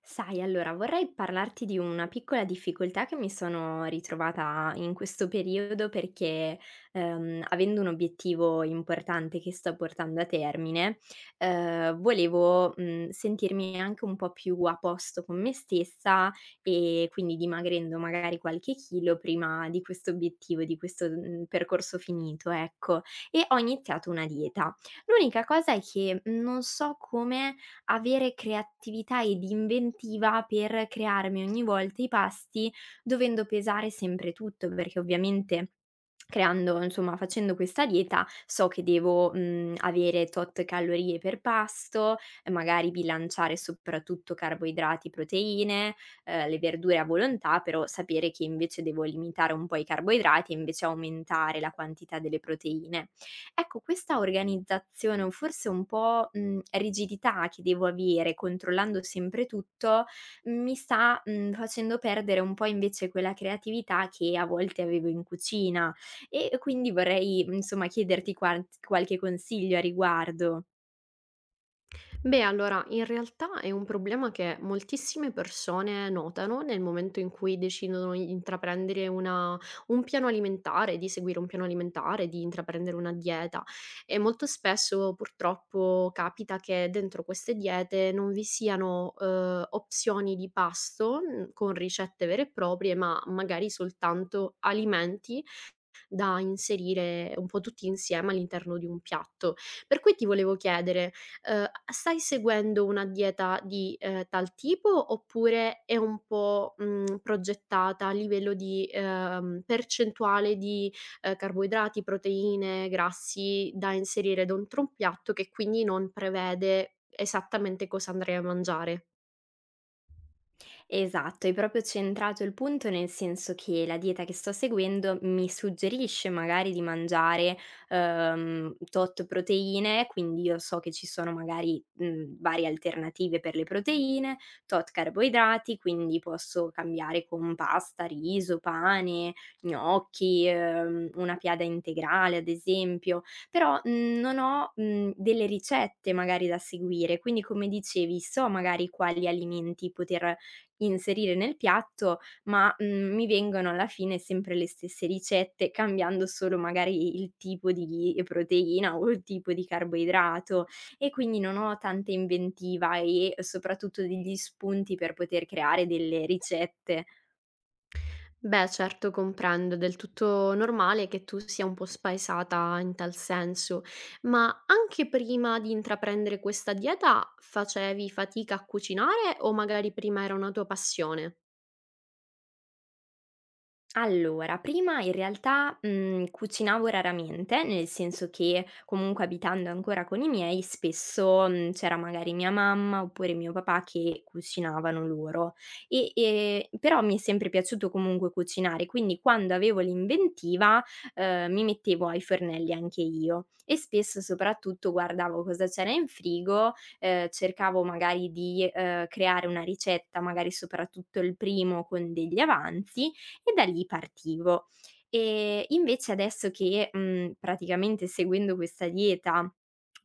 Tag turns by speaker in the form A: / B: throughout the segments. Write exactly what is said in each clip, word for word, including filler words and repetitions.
A: Sai, allora vorrei parlarti di una piccola difficoltà che mi sono ritrovata in questo periodo perché, ehm, avendo un obiettivo importante che sto portando a termine, ehm, volevo, mhmm, sentirmi anche un po' più a posto con me stessa e quindi dimagrendo magari qualche chilo prima di questo obiettivo, di questo, mhmm, percorso finito, ecco. E ho iniziato una dieta. L'unica cosa è che non so come avere creatività ed inventiva per crearmi ogni volta i pasti, dovendo pesare sempre tutto, perché ovviamente creando insomma facendo questa dieta so che devo, mhmm, avere tot calorie per pasto, e magari bilanciare soprattutto carboidrati, proteine, ehm, le verdure a volontà, però sapere che invece devo limitare un po' i carboidrati e invece aumentare la quantità delle proteine. Ecco, questa organizzazione o forse un po', mhmm, rigidità che devo avere controllando sempre tutto, mi sta, mhmm, facendo perdere un po' invece quella creatività che a volte avevo in cucina e quindi vorrei, mhmm, insomma chiederti quant qualche consiglio a riguardo.
B: Beh, allora, in realtà è un problema che moltissime persone notano nel momento in cui decidono di intraprendere una un piano alimentare, di seguire un piano alimentare, di intraprendere una dieta e molto spesso purtroppo capita che dentro queste diete non vi siano, uhm, opzioni di pasto, mhmm, con ricette vere e proprie, ma magari soltanto alimenti da inserire un po' tutti insieme all'interno di un piatto. Per cui ti volevo chiedere, uhm, stai seguendo una dieta di, ehm, tal tipo oppure è un po', mhmm, progettata a livello di, ehm, percentuale di, ehm, carboidrati, proteine, grassi da inserire dentro un piatto che quindi non prevede esattamente cosa andrai a mangiare?
A: Esatto, hai proprio centrato il punto, nel senso che la dieta che sto seguendo mi suggerisce magari di mangiare, ehm, tot proteine, quindi io so che ci sono magari, mhmm, varie alternative per le proteine, tot carboidrati, quindi posso cambiare con pasta, riso, pane, gnocchi, ehm, una piada integrale ad esempio, però, mhmm, non ho, mhmm, delle ricette magari da seguire, quindi come dicevi so magari quali alimenti poter inserire nel piatto, ma, mhmm, mi vengono alla fine sempre le stesse ricette, cambiando solo magari il tipo di proteina o il tipo di carboidrato e quindi non ho tanta inventiva e soprattutto degli spunti per poter creare delle ricette.
B: Beh, certo, comprendo, è del tutto normale che tu sia un po' spaesata in tal senso, ma anche prima di intraprendere questa dieta facevi fatica a cucinare o magari prima era una tua passione?
A: Allora, prima in realtà, mhmm, cucinavo raramente, nel senso che comunque abitando ancora con i miei spesso, mhmm, c'era magari mia mamma oppure mio papà che cucinavano loro e e però mi è sempre piaciuto comunque cucinare, quindi quando avevo l'inventiva, ehm, mi mettevo ai fornelli anche io e spesso soprattutto guardavo cosa c'era in frigo, ehm, cercavo magari di, ehm, creare una ricetta, magari soprattutto il primo con degli avanzi e da lì partivo. Ehm, invece adesso che, mhmm, praticamente seguendo questa dieta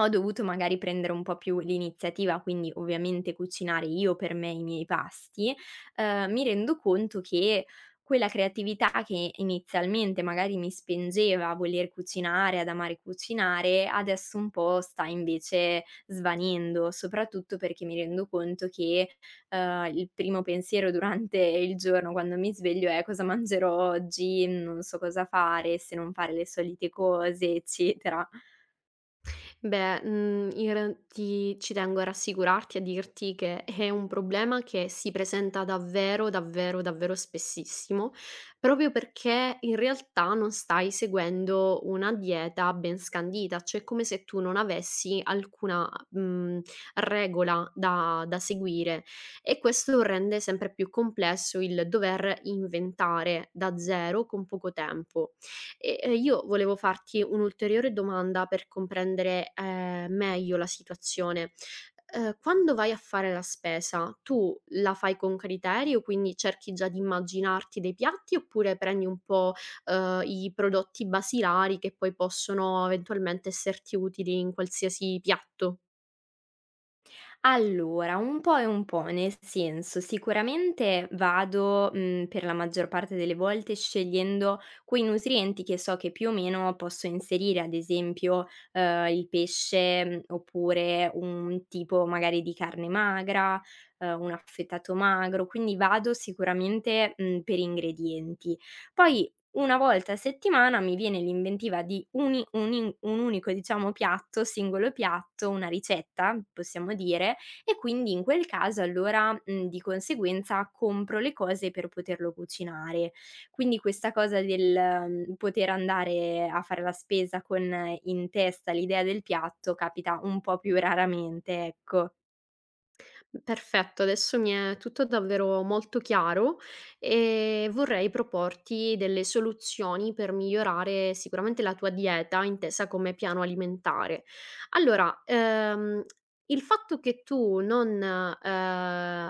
A: ho dovuto magari prendere un po' più l'iniziativa, quindi ovviamente cucinare io per me i miei pasti, uhm, mi rendo conto che quella creatività che inizialmente magari mi spingeva a voler cucinare, ad amare cucinare, adesso un po' sta invece svanendo, soprattutto perché mi rendo conto che uhm, il primo pensiero durante il giorno quando mi sveglio è: "Cosa mangerò oggi? Non so cosa fare, se non fare le solite cose", eccetera.
B: Beh, mhmm, in re ti ci tengo a rassicurarti, a dirti che è un problema che si presenta davvero, davvero, davvero spessissimo, proprio perché in realtà non stai seguendo una dieta ben scandita, cioè è come se tu non avessi alcuna, mhmm, regola da da seguire e questo rende sempre più complesso il dover inventare da zero con poco tempo. E, ehm, io volevo farti un'ulteriore domanda per comprendere, ehm, meglio la situazione. Ehm, quando vai a fare la spesa, tu la fai con criterio, quindi cerchi già di immaginarti dei piatti, oppure prendi un po', ehm, i prodotti basilari che poi possono eventualmente esserti utili in qualsiasi piatto?
A: Allora, un po' e un po', nel senso, sicuramente vado, mhmm, per la maggior parte delle volte scegliendo quei nutrienti che so che più o meno posso inserire, ad esempio, ehm, il pesce, mhmm, oppure un tipo magari di carne magra, ehm, un affettato magro, quindi vado sicuramente, mhmm, per ingredienti. Poi una volta a settimana mi viene l'inventiva di uni un in un unico, diciamo, piatto, singolo piatto, una ricetta, possiamo dire, e quindi in quel caso allora, mhmm, di conseguenza compro le cose per poterlo cucinare. Quindi questa cosa del, mhmm, poter andare a fare la spesa con eh, in testa l'idea del piatto capita un po' più raramente, ecco.
B: Perfetto, adesso mi è tutto davvero molto chiaro e vorrei proporti delle soluzioni per migliorare sicuramente la tua dieta, intesa come piano alimentare. Allora, ehm, il fatto che tu non, eh,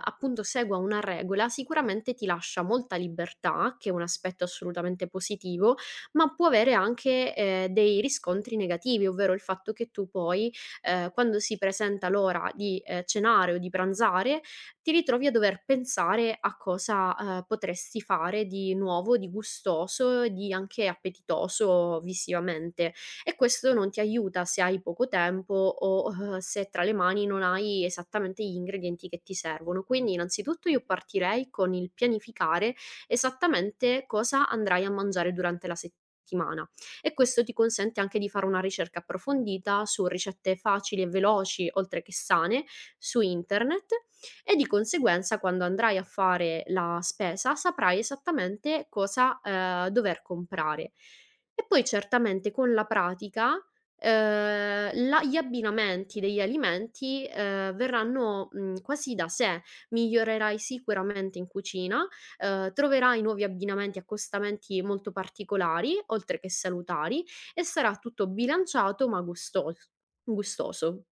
B: appunto segua una regola sicuramente ti lascia molta libertà, che è un aspetto assolutamente positivo, ma può avere anche, eh, dei riscontri negativi, ovvero il fatto che tu poi ehm, quando si presenta l'ora di, ehm, cenare o di pranzare, ti ritrovi a dover pensare a cosa, ehm, potresti fare di nuovo, di gustoso, di anche appetitoso visivamente e questo non ti aiuta se hai poco tempo o, uhm, se tra le mani non hai esattamente gli ingredienti che ti servono. Quindi innanzitutto io partirei con il pianificare esattamente cosa andrai a mangiare durante la settimana e questo ti consente anche di fare una ricerca approfondita su ricette facili e veloci, oltre che sane, su internet e di conseguenza quando andrai a fare la spesa saprai esattamente cosa, ehm, dover comprare. E poi certamente con la pratica, ehm, la gli abbinamenti degli alimenti, ehm, verranno, mhmm, quasi da sé. Migliorerai sicuramente in cucina ehm, troverai nuovi abbinamenti e accostamenti molto particolari, oltre che salutari, e sarà tutto bilanciato ma gustos gustoso.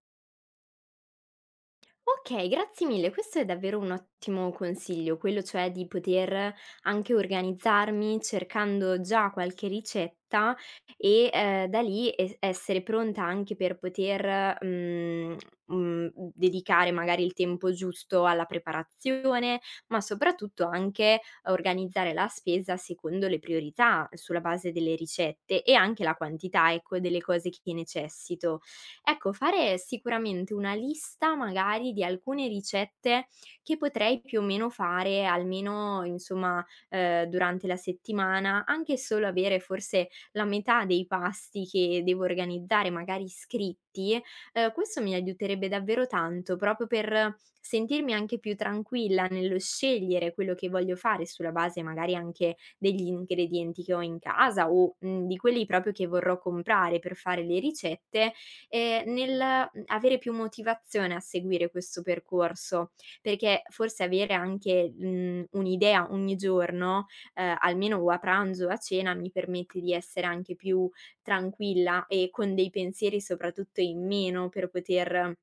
A: Okay, grazie mille. Questo è davvero un ottimo consiglio, quello cioè di poter anche organizzarmi cercando già qualche ricetta e, ehm, da lì es essere pronta anche per poter, mhmm, mhmm, dedicare magari il tempo giusto alla preparazione, ma soprattutto anche organizzare la spesa secondo le priorità, sulla base delle ricette e anche la quantità, ecco, delle cose che necessito. Ecco, fare sicuramente una lista magari di alcune ricette che potrei più o meno fare almeno, insomma, ehm, durante la settimana, anche solo avere forse la metà dei pasti che devo organizzare magari scritti, ehm, questo mi aiuterebbe davvero tanto, proprio per sentirmi anche più tranquilla nello scegliere quello che voglio fare sulla base magari anche degli ingredienti che ho in casa o, mhmm, di quelli proprio che vorrò comprare per fare le ricette, ehm, nel, mhmm, avere più motivazione a seguire questo percorso, perché forse avere anche, mhmm, un'idea ogni giorno, ehm, almeno o a pranzo o a cena, mi permette di essere anche più tranquilla e con dei pensieri soprattutto in meno per poter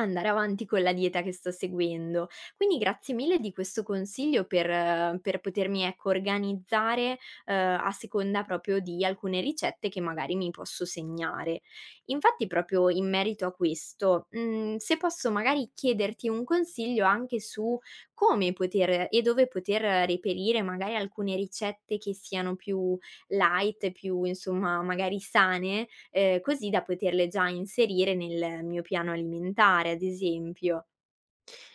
A: andare avanti con la dieta che sto seguendo. Quindi grazie mille di questo consiglio per eh, per potermi, ecco, organizzare, ehm, a seconda proprio di alcune ricette che magari mi posso segnare. Infatti proprio in merito a questo, mhmm, se posso magari chiederti un consiglio anche su come poter e dove poter reperire magari alcune ricette che siano più light, più insomma magari sane, ehm, così da poterle già inserire nel mio piano alimentare, ad esempio.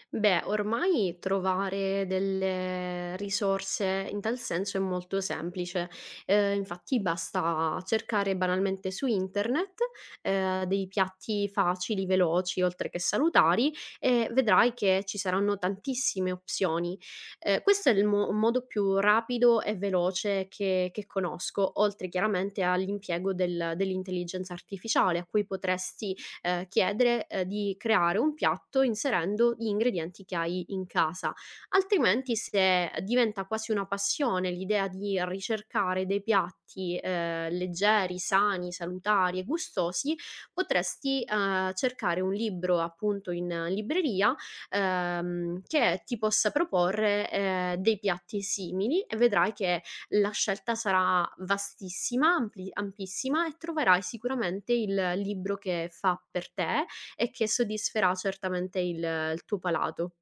B: Beh, ormai trovare delle risorse in tal senso è molto semplice. Ehm, infatti basta cercare banalmente su internet, ehm, dei piatti facili, veloci, oltre che salutari e vedrai che ci saranno tantissime opzioni. Ehm, questo è il mo modo più rapido e veloce che che conosco, oltre chiaramente all'impiego del dell'intelligenza artificiale a cui potresti ehm, chiedere, ehm, di creare un piatto inserendo gli ingredienti che hai in casa. Altrimenti se diventa quasi una passione l'idea di ricercare dei piatti, ehm, leggeri, sani, salutari e gustosi, potresti, ehm, cercare un libro appunto in libreria, ehm, che ti possa proporre, ehm, dei piatti simili e vedrai che la scelta sarà vastissima, ampli ampissima e troverai sicuramente il libro che fa per te e che soddisferà certamente il il tuo palato.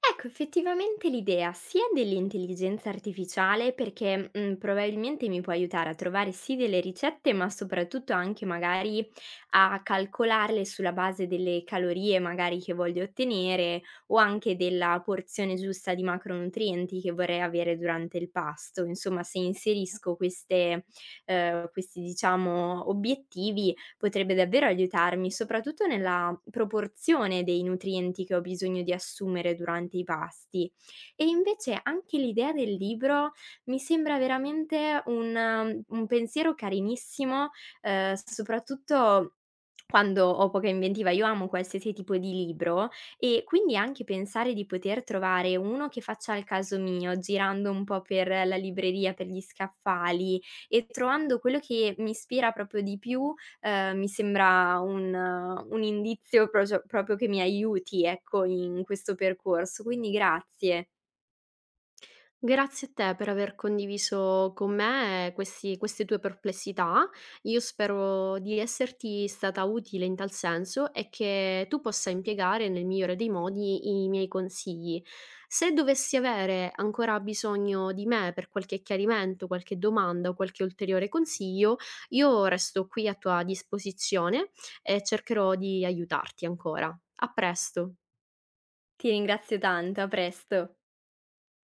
A: Ecco, effettivamente l'idea sia dell'intelligenza artificiale, perché mh, probabilmente mi può aiutare a trovare sì delle ricette, ma soprattutto anche magari a calcolarle sulla base delle calorie magari che voglio ottenere o anche della porzione giusta di macronutrienti che vorrei avere durante il pasto. Insomma, se inserisco queste, eh, questi diciamo obiettivi potrebbe davvero aiutarmi, soprattutto nella proporzione dei nutrienti che ho bisogno di assumere durante i pasti. E invece anche l'idea del libro mi sembra veramente un un pensiero carinissimo, ehm, soprattutto quando ho poca inventiva. Io amo qualsiasi tipo di libro e quindi anche pensare di poter trovare uno che faccia al caso mio, girando un po' per la libreria, per gli scaffali e trovando quello che mi ispira proprio di più, ehm, mi sembra un un indizio procio proprio che mi aiuti, ecco, in questo percorso. Quindi grazie.
B: Grazie a te per aver condiviso con me questi queste tue perplessità. Io spero di esserti stata utile in tal senso e che tu possa impiegare nel migliore dei modi i miei consigli. Se dovessi avere ancora bisogno di me per qualche chiarimento, qualche domanda o qualche ulteriore consiglio, io resto qui a tua disposizione e cercherò di aiutarti ancora. A presto.
A: Ti ringrazio tanto, a presto.